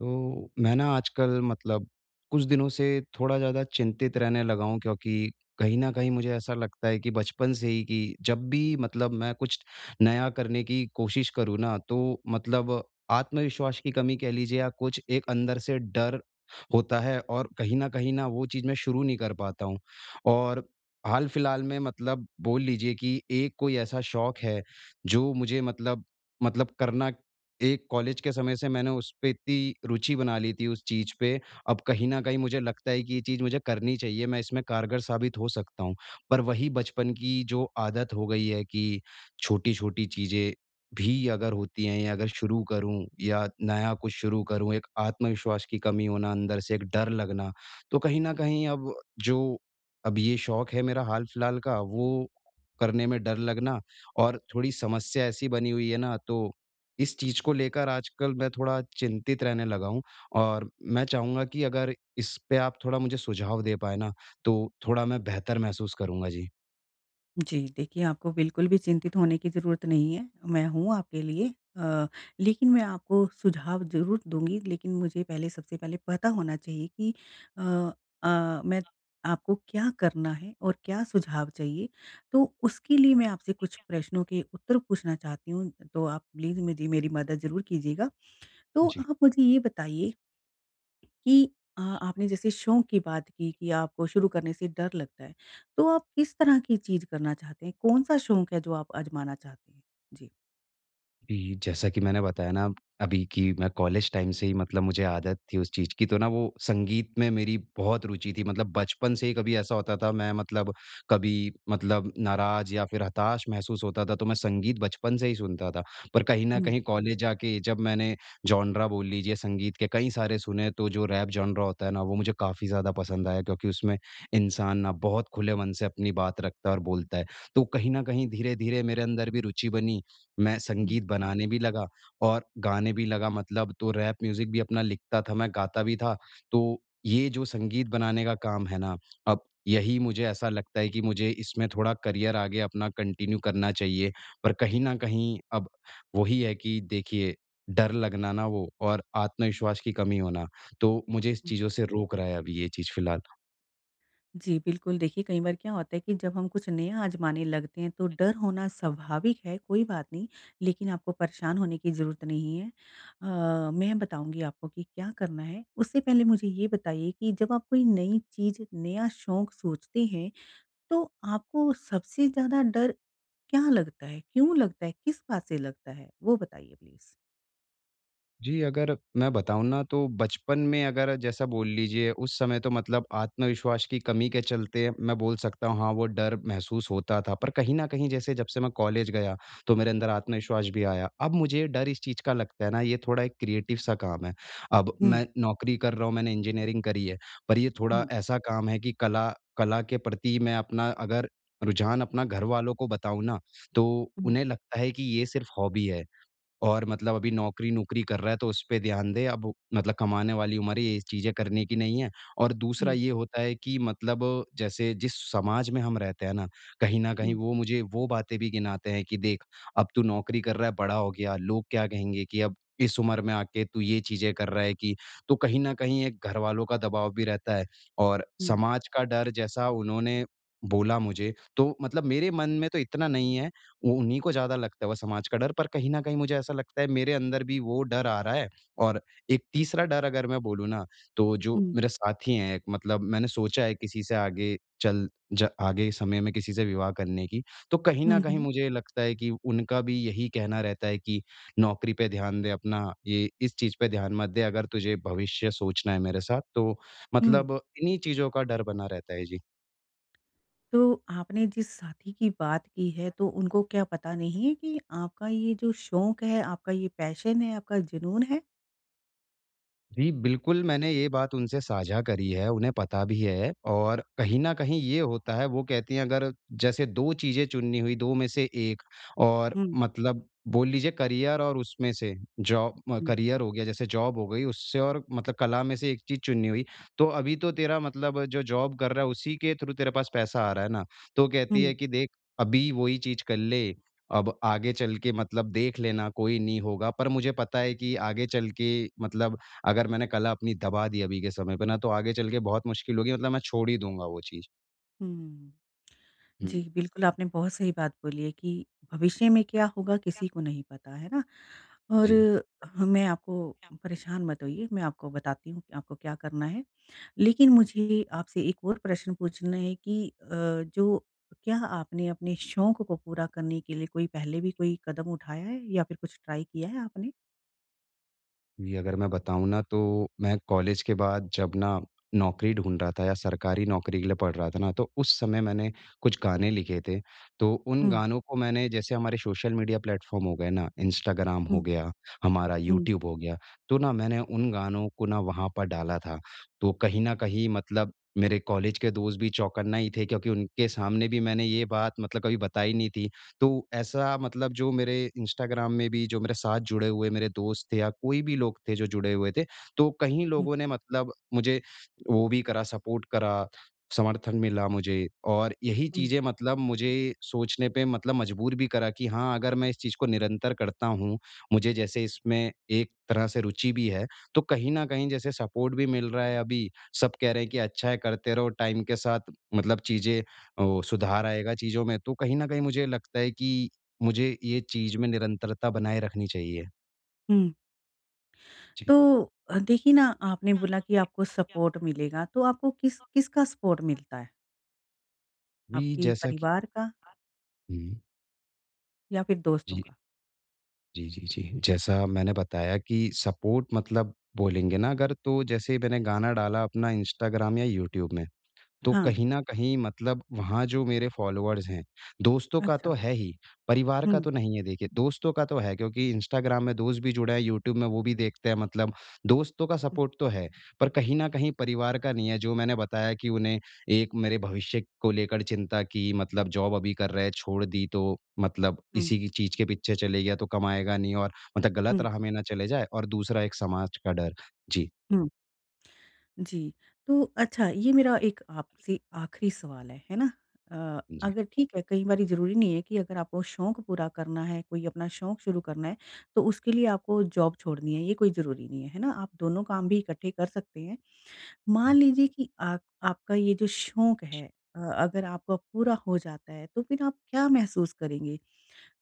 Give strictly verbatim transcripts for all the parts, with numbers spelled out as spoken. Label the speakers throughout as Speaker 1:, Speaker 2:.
Speaker 1: तो मैं ना आजकल मतलब कुछ दिनों से थोड़ा ज़्यादा चिंतित रहने लगा हूँ, क्योंकि कहीं न कहीं मुझे ऐसा लगता है कि बचपन से ही कि जब भी मतलब मैं कुछ नया करने की कोशिश करूँ ना, तो मतलब आत्मविश्वास की कमी कह लीजिए या कुछ एक अंदर से डर होता है और कहीं न कहीं ना वो चीज़ मैं शुरू नहीं कर पाता हूँ। और हाल-फिलहाल में मतलब बोल लीजिए कि एक कोई ऐसा शौक है, जो मुझे मतलब मतलब करना एक कॉलेज के समय से मैंने उस पे इतनी रुचि बना ली थी उस चीज़ पे, अब कहीं न कहीं मुझे लगता है कि ये चीज़ मुझे करनी चाहिए, मैं इसमें कारगर साबित हो सकता हूँ। पर वही बचपन की जो आदत हो गई है कि छोटी-छोटी चीज़ें भी अगर होती हैं या अगर शुरू करूँ या नया कुछ शुरू करूँ, एक आत्मविश्वास की कमी होना अंदर से, एक डर लगना, तो कहीं न कहीं अब जो अब ये शौक है मेरा हाल-फिलहाल का, वो करने में डर लगना और थोड़ी समस्या ऐसी बनी हुई है ना, तो इस चीज़ को लेकर आजकल मैं थोड़ा चिंतित रहने लगा हूँ और मैं चाहूँगा कि अगर इस पे आप थोड़ा मुझे सुझाव दे पाएँ ना, तो थोड़ा मैं बेहतर महसूस करूँगा। जी।
Speaker 2: जी, देखिए आपको बिल्कुल भी चिंतित होने की ज़रूरत नहीं है, मैं हूँ आपके लिए। अ, लेकिन मैं आपको सुझाव ज़रूर दूँगी लेकिन मुझे पहले सबसे पहले पता होना चाहिए कि अ अ, मैं आपको क्या करना है और क्या सुझाव चाहिए? तो उसके लिए मैं आपसे कुछ प्रश्नों के उत्तर पूछना चाहती हूँ, तो आप प्लीज़ मुझे मेरी मदद ज़रूर कीजिएगा। तो
Speaker 1: जी।
Speaker 2: आप मुझे ये बताइए कि अ, आपने जैसे शौक की बात की कि आपको शुरू करने से डर लगता है। तो आप किस तरह की चीज़ करना चाहते हैं? कौन-सा शौक है जो आप आज़माना चाहते हैं? जी।
Speaker 1: जी, जैसा कि मैंने बताया ना अभी कि मैं कॉलेज टाइम से ही मतलब मुझे आदत थी उस चीज़ की, तो ना वो संगीत में मेरी बहुत रुचि थी मतलब बचपन से ही कभी ऐसा होता था मैं मतलब कभी मतलब नाराज़ या फिर हताश महसूस होता था, तो मैं संगीत बचपन से ही सुनता था। पर कहीं न
Speaker 2: हुँ,
Speaker 1: कहीं कॉलेज जाके जब मैंने जॉनरा बोल लीजिए संगीत के कई सारे सुने, तो जो रैप जॉनरा होता है ना वो मुझे काफ़ी ज़्यादा पसंद आया, क्योंकि उसमें इंसान ना बहुत खुले मन से अपनी बात रखता है और बोलता है। तो कहीं न कहीं धीरे-धीरे मेरे अंदर भी रुचि बनी, मैं
Speaker 2: हुँ,
Speaker 1: संगीत बनाने भी लगा और गाने भी लगा मतलब, तो रैप म्यूज़िक भी अपना लिखता था, मैं गाता भी था। तो ये जो संगीत बनाने का काम है ना, अब यही मुझे ऐसा लगता है कि मुझे इसमें थोड़ा करियर आगे अपना कंटिन्यू करना चाहिए। पर कहीं न कहीं अब वही है कि देखिए डर लगना ना वो और आत्मविश्वास की कमी होना, तो मुझे इस
Speaker 2: हुँ।
Speaker 1: चीज़ों से रोक रहा है अभी ये चीज़ फ़िलहाल।
Speaker 2: जी, बिल्कुल देखिए कई बार क्या होता है कि जब हम कुछ नया आज़माने लगते हैं तो डर होना स्वाभाविक है, कोई बात नहीं, लेकिन आपको परेशान होने की ज़रूरत नहीं है। अ, मैं बताऊँगी आपको कि क्या करना है। उससे पहले मुझे ये बताइए कि जब आप कोई नई चीज़, नया शौक सोचते हैं, तो आपको सबसे ज़्यादा डर क्या लगता है? क्यों लगता है? किस बात से लगता है? वो बताइए प्लीज़?
Speaker 1: जी, अगर मैं बताऊँ ना, तो बचपन में अगर जैसा बोल लीजिए उस समय तो मतलब आत्मविश्वास की कमी के चलते मैं बोल सकता हूँ हाँ, वो डर महसूस होता था। पर कहीं न कहीं जैसे जब से मैं कॉलेज गया, तो मेरे अंदर आत्मविश्वास भी आया। अब मुझे डर इस चीज़ का लगता है ना, ये थोड़ा एक क्रिएटिव सा काम है। अब
Speaker 2: हुँ,
Speaker 1: मैं नौकरी कर रहा हूँ, मैंने इंजीनियरिंग करी है। पर ये थोड़ा
Speaker 2: हुँ,
Speaker 1: ऐसा काम है कि कला कला के प्रति मैं अपना अगर रुझान अपना घर वालों को बताऊँ ना, तो
Speaker 2: हुँ,
Speaker 1: उन्हें लगता है कि ये सिर्फ़ हॉबी है। और मतलब अभी नौकरी-नौकरी कर रहा है तो उसपे ध्यान दे, अब मतलब कमाने वाली उम्र है, ये चीज़ें करने की नहीं है। और दूसरा
Speaker 2: हुँ,
Speaker 1: ये होता है कि मतलब जैसे जिस समाज में हम रहते हैं ना, कहीं न कहीं
Speaker 2: हुँ,
Speaker 1: वो मुझे वो बातें भी गिनाते हैं कि देख अब तू नौकरी कर रहा है, बड़ा हो गया, लोग क्या कहेंगे कि अब इस उम्र में आके तू ये चीज़ें कर रहा है कि, तो कहीं न कहीं एक घरवालों का दबाव भी रहता है और
Speaker 2: हुँ,
Speaker 1: समाज का डर जैसा उन्होंने बोला मुझे, तो मतलब मेरे मन में तो इतना नहीं है, वो उन्हीं को ज़्यादा लगता है वो समाज का डर, पर कहीं न कहीं मुझे ऐसा लगता है मेरे अंदर भी वो डर आ रहा है। और एक तीसरा डर अगर मैं बोलूँ ना, तो जो
Speaker 2: हुँ,
Speaker 1: मेरे साथी हैं एक मतलब मैंने सोचा है किसी से आगे चल ज आगे समय में किसी से विवाह करने की, तो कहीं न
Speaker 2: हुँ,
Speaker 1: कहीं
Speaker 2: हुँ,
Speaker 1: मुझे लगता है कि उनका भी यही कहना रहता है कि नौकरी पे ध्यान दे अपना, ये इस चीज़ पे ध्यान मत दे अगर तुझे भविष्य सोचना है मेरे साथ, तो
Speaker 2: हुँ।
Speaker 1: मतलब इन्हीं चीज़ों का डर बना रहता है। जी।
Speaker 2: तो आपने जिस साथी की बात की है, तो उनको क्या पता नहीं है कि आपका ये जो शौक है, आपका ये पैशन है, आपका जुनून है?
Speaker 1: जी, बिल्कुल, मैंने ये बात उनसे साझा करी है, उन्हें पता भी है और कहीं न कहीं ये होता है, वो कहती हैं अगर जैसे दो चीज़ें चुननी हुई, दो में से एक और
Speaker 2: हुँ,
Speaker 1: मतलब बोल लीजिए करियर और उसमें से जॉब म
Speaker 2: हुँ,
Speaker 1: करियर हो गया, जैसे जॉब हो गई उससे और मतलब कला में से एक चीज़ चुननी हुई, तो अभी तो तेरा मतलब जो जॉब कर रहा है, उसी के थ्रू तेरे पास पैसा आ रहा है ना। तो कहती
Speaker 2: हुँ,
Speaker 1: है कि देख, अभी वही चीज़ कर ले, अब आगे चल के मतलब देख लेना, कोई नहीं होगा। पर मुझे पता है कि आगे चल के मतलब अगर मैंने कला अपनी दबा दी अभी के समय पे ना, तो आगे चल के बहुत मुश्किल होगी मतलब मैं छोड़ ही दूँगा वो चीज़।
Speaker 2: हुँ।
Speaker 1: हुँ,
Speaker 2: जी, बिल्कुल आपने बहुत सही बात बोली है कि भविष्य में क्या होगा किसी को नहीं पता, है ना? और
Speaker 1: जी।
Speaker 2: अ, मैं आपको परेशान मत होइए, मैं आपको बताती हूँ कि आपको क्या करना है। लेकिन मुझे आपसे एक और प्रश्न पूछना है कि अ, जो क्या आपने अपने शौक को पूरा करने के लिए कोई पहले भी कोई कदम उठाया है या फिर कुछ ट्राई किया है आपने?
Speaker 1: जी, अगर मैं बताऊँ ना, तो मैं कॉलेज के बाद जब ना नौकरी ढूँढ रहा था या सरकारी नौकरी के लिए पढ़ रहा था ना, तो उस समय मैंने कुछ गाने लिखे थे। तो उन
Speaker 2: हुँ,
Speaker 1: गानों को मैंने जैसे हमारे सोशल मीडिया प्लेटफ़ॉर्म हो गए ना, इंस्टाग्राम हो
Speaker 2: हुँ,
Speaker 1: गया, हमारा
Speaker 2: हुँ,
Speaker 1: यूट्यूब हो गया, तो ना मैंने उन गानों को ना वहाँ पर डाला था। तो कहीं न कहीं मतलब मेरे कॉलेज के दोस्त भी चौंकना ही थे, क्योंकि उनके सामने भी मैंने ये बात मतलब कभी बताई नहीं थी, तो ऐसा मतलब जो मेरे इंस्टाग्राम में भी जो मेरे साथ जुड़े हुए मेरे दोस्त थे या कोई भी लोग थे जो जुड़े हुए थे, तो कहीं
Speaker 2: हुँ,
Speaker 1: लोगों ने मतलब मुझे वो भी करा सपोर्ट करा, समर्थन मिला मुझे और यही
Speaker 2: हुँ,
Speaker 1: चीज़ें मतलब मुझे सोचने पे मतलब मजबूर भी करा कि हाँ, अगर मैं इस चीज़ को निरंतर करता हूँ, मुझे जैसे इसमें एक तरह से रुचि भी है, तो कहीं न कहीं जैसे सपोर्ट भी मिल रहा है अभी, सब कह रहे हैं कि अच्छा है करते रहो, टाइम के साथ मतलब चीज़ें ओ, सुधार आएगा चीज़ों में, तो कहीं न कहीं मुझे लगता है कि मुझे ये चीज़ में निरंतरता बनाए रखनी चाहिए।
Speaker 2: हुँ।
Speaker 1: जी।
Speaker 2: तो अ, देखिए ना आपने बोला कि आपको सपोर्ट मिलेगा, तो आपको किस किसका सपोर्ट मिलता है?
Speaker 1: जी,
Speaker 2: आपके
Speaker 1: जैसा कि
Speaker 2: परिवार का
Speaker 1: हुँ।
Speaker 2: या फिर दोस्तों
Speaker 1: जी,
Speaker 2: का?
Speaker 1: जी, जी, जी। जैसा मैंने बताया कि सपोर्ट मतलब बोलेंगे ना अगर, तो जैसे मैंने गाना डाला अपना इंस्टाग्राम या यूट्यूब में, तो
Speaker 2: हाँ,
Speaker 1: कहीं न कहीं मतलब वहाँ जो मेरे फॉलोवर्स हैं, दोस्तों का
Speaker 2: अच्छा।
Speaker 1: तो है ही, परिवार का
Speaker 2: हुँ,
Speaker 1: तो नहीं है देखिए, दोस्तों का तो है क्योंकि इंस्टाग्राम में दोस्त भी जुड़े हैं, यूट्यूब में वो भी देखते हैं मतलब दोस्तों का
Speaker 2: हुँ,
Speaker 1: सपोर्ट तो है, पर कहीं न कहीं परिवार का नहीं है। जो मैंने बताया कि उन्हें एक मेरे भविष्य को लेकर चिंता की मतलब जॉब अभी कर रहे हैं, छोड़ दी तो मतलब
Speaker 2: हुँ,
Speaker 1: इसी की चीज़ के पीछे चले गया तो कमाएगा नहीं और मतलब गलत
Speaker 2: हुँ,
Speaker 1: राह में ना चले जाए और दूसरा एक समाज का डर। जी,
Speaker 2: हुँ। जी, तो अच्छा ये मेरा एक आपसे आखिरी सवाल है, है ना? अ,
Speaker 1: जी।
Speaker 2: अगर ठीक है कई बारी ज़रूरी नहीं है कि अगर आपको शौक पूरा करना है, कोई अपना शौक शुरू करना है, तो उसके लिए आपको जॉब छोड़नी है, ये कोई ज़रूरी नहीं है, है ना? आप दोनों काम भी इकट्ठे कर सकते हैं। मान लीजिए कि आप आपका ये जो शौक है अ, अगर आपका पूरा हो जाता है, तो फिर आप क्या महसूस करेंगे?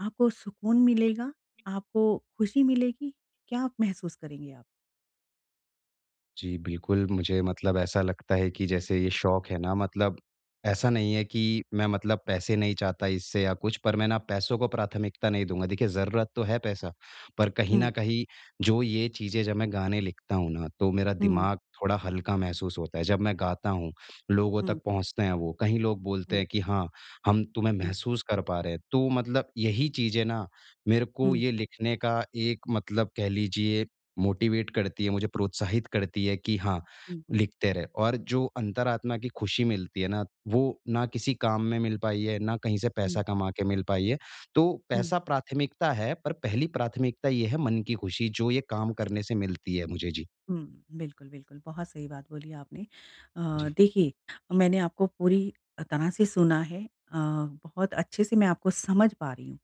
Speaker 2: आपको सुकून मिलेगा? आपको खुशी मिलेगी? क्या आप महसूस करेंगे आप?
Speaker 1: जी, बिल्कुल, मुझे मतलब ऐसा लगता है कि जैसे ये शौक है ना मतलब ऐसा नहीं है कि मैं मतलब पैसे नहीं चाहता इससे या कुछ पर मैं ना पैसों को प्राथमिकता नहीं दूँगा। देखिए ज़रूरत तो है पैसा, पर कहीं
Speaker 2: हुँ,
Speaker 1: न कहीं जो ये चीज़ें जब मैं गाने लिखता हूँ ना, तो मेरा
Speaker 2: हुँ,
Speaker 1: दिमाग थोड़ा हल्का महसूस होता है। जब मैं गाता हूँ, लोगों
Speaker 2: हुँ,
Speaker 1: तक पहुँचते हैं वो, कहीं लोग बोलते
Speaker 2: हुँ,
Speaker 1: हैं कि हाँ, हम तुम्हें
Speaker 2: हुँ,
Speaker 1: महसूस कर पा रहे हैं। तो मतलब यही चीज़ें ना मेरे को
Speaker 2: हुँ,
Speaker 1: ये लिखने का एक मतलब कह लीजिए मोटिवेट करती है, मुझे प्रोत्साहित करती है कि हाँ,
Speaker 2: हुँ।
Speaker 1: लिखते रहे और जो अंतरात्मा की खुशी मिलती है ना, वो ना किसी काम में मिल पाई है, ना कहीं से
Speaker 2: हुँ,
Speaker 1: पैसा कमा के मिल पाई है। तो
Speaker 2: हुँ,
Speaker 1: पैसा प्राथमिकता है, पर पहली प्राथमिकता ये है मन की खुशी जो ये काम
Speaker 2: खुशी।
Speaker 1: करने से मिलती है मुझे। जी,
Speaker 2: हुँ, बिल्कुल, बिल्कुल, बहुत सही बात बोली आपने। अ,
Speaker 1: जी।
Speaker 2: देखिए, मैंने आपको पूरी तरह से सुना है अ, बहुत अच्छे से मैं आपको समझ पा रही हूँ।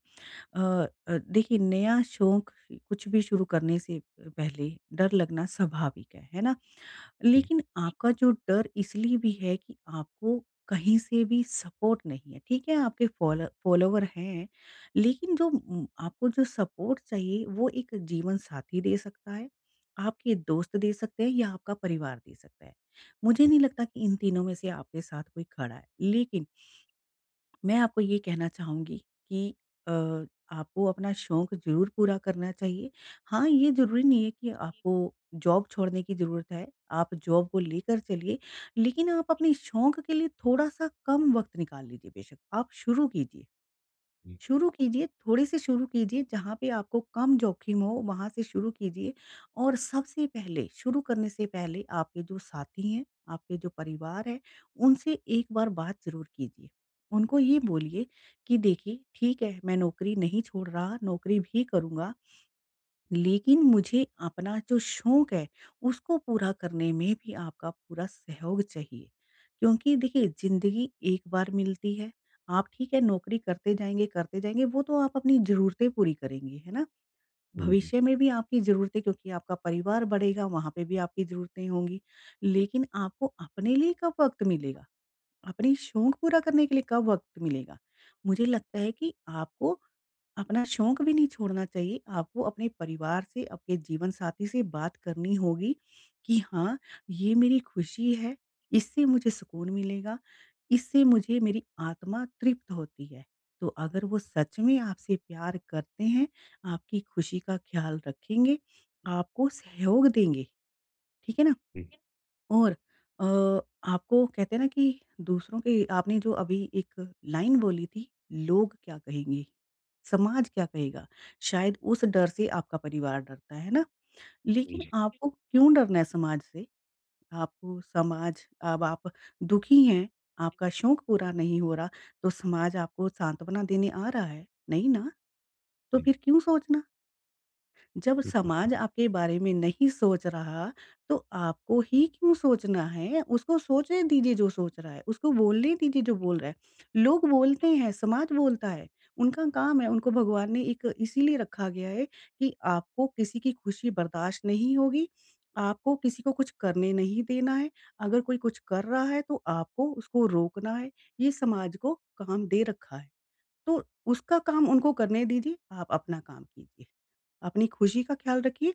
Speaker 2: अ अ, देखिए नया शौक कुछ भी शुरू करने से पहले डर लगना स्वाभाविक है, है ना?
Speaker 1: जी, जी,
Speaker 2: लेकिन आपका जो डर इसलिए भी है कि आपको कहीं से भी सपोर्ट नहीं है, ठीक है आपके फॉलो फॉलोवर हैं, लेकिन जो उम, आपको जो सपोर्ट चाहिए वो एक जीवन साथी दे सकता है, आपके दोस्त दे सकते हैं या आपका परिवार दे सकता है। मुझे नहीं लगता कि इन तीनों में से आपके साथ कोई खड़ा है। लेकिन मैं आपको ये कहना चाहूँगी कि अ, आपको अपना शौक ज़रूर पूरा करना चाहिए। हाँ, ये ज़रूरी नहीं है कि आपको जॉब छोड़ने की ज़रूरत है, आप जॉब को लेकर चलिए, लेकिन आप अपने शौक के लिए थोड़ा-सा कम वक़्त निकाल लीजिए बेशक, आप शुरू कीजिए।
Speaker 1: जी,
Speaker 2: शुरू कीजिए, थोड़े से शुरू कीजिए, जहाँ पे आपको कम जोखिम हो वहाँ से शुरू कीजिए और सबसे पहले शुरू करने से पहले आपके जो साथी हैं, आपके जो परिवार है, उनसे एक बार बात ज़रूर कीजिए। उनको ये बोलिए कि देखिए ठीक है, मैं नौकरी नहीं छोड़ रहा, नौकरी भी करूँगा लेकिन मुझे अपना जो शौक है, उसको पूरा करने में भी आपका पूरा सहयोग चाहिए। क्योंकि देखिए ज़िंदगी एक बार मिलती है। आप ठीक है नौकरी करते जाएँगे, करते जाएँगे वो तो आप अपनी ज़रूरतें पूरी करेंगे, है ना?
Speaker 1: जी, जी, जी,
Speaker 2: भविष्य में भी आपकी ज़रूरतें क्योंकि आपका परिवार बढ़ेगा, वहाँ पे भी आपकी ज़रूरतें होंगी। लेकिन आपको अपने लिए कब वक़्त मिलेगा? अपनी शौक पूरा करने के लिए कब वक़्त मिलेगा? मुझे लगता है कि आपको अपना शौक भी नहीं छोड़ना चाहिए, आपको अपने परिवार से, आपके जीवनसाथी से बात करनी होगी कि हाँ, ये मेरी खुशी है, इससे मुझे सुकून मिलेगा, इससे मुझे मेरी आत्मा तृप्त होती है। तो अगर वो सच में आपसे प्यार करते हैं, आपकी खुशी का ख़्याल रखेंगे, आपको सहयोग देंगे, ठीक है ना? और अ, आपको कहते हैं ना कि दूसरों के आपने जो अभी एक लाइन बोली थी, लोग क्या कहेंगे? समाज क्या कहेगा? शायद उस डर से आपका परिवार डरता है, है ना?
Speaker 1: जी,
Speaker 2: लेकिन
Speaker 1: जी।
Speaker 2: आपको क्यों डरना है समाज से? आपको समाज अब आप दुखी हैं, आपका शौक पूरा नहीं हो रहा, तो समाज आपको सांत्वना देने आ रहा है, नहीं ना? तो फिर क्यों सोचना? जब
Speaker 1: जी, जी।
Speaker 2: समाज आपके बारे में नहीं सोच रहा, तो आपको ही क्यों सोचना है? उसको सोचने दीजिए जो सोच रहा है, उसको बोलने दीजिए जो बोल रहा है। लोग बोलते हैं, समाज बोलता है, उनका काम है, उनको भगवान ने एक इसीलिए रखा गया है कि आपको किसी की खुशी बर्दाश्त नहीं होगी, आपको किसी को कुछ करने नहीं देना है, अगर कोई कुछ कर रहा है तो आपको उसको रोकना है, ये समाज को काम दे रखा है। तो उसका काम उनको करने दीजिए, आप अपना काम कीजिए। अपनी खुशी का ख़्याल रखिए,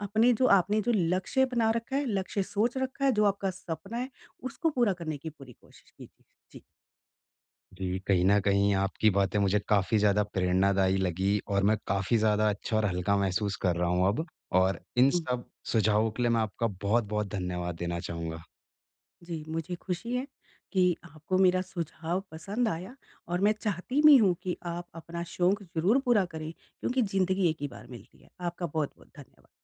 Speaker 2: अपने जो आपने जो लक्ष्य बना रखा है, लक्ष्य सोच रखा है, जो आपका सपना है, उसको पूरा करने की पूरी कोशिश कीजिए। जी।
Speaker 1: जी, कहीं न कहीं आपकी बातें मुझे काफ़ी ज़्यादा प्रेरणादायी लगी और मैं काफ़ी ज़्यादा अच्छा और हल्का महसूस कर रहा हूँ अब और इन
Speaker 2: हुँ,
Speaker 1: सब सुझावों के लिए मैं आपका बहुत-बहुत धन्यवाद देना चाहूँगा।
Speaker 2: जी, मुझे खुशी है कि आपको मेरा सुझाव पसंद आया और मैं चाहती भी हूँ कि आप अपना शौक ज़रूर पूरा करें क्योंकि ज़िंदगी एक ही बार मिलती है। आपका बहुत-बहुत धन्यवाद।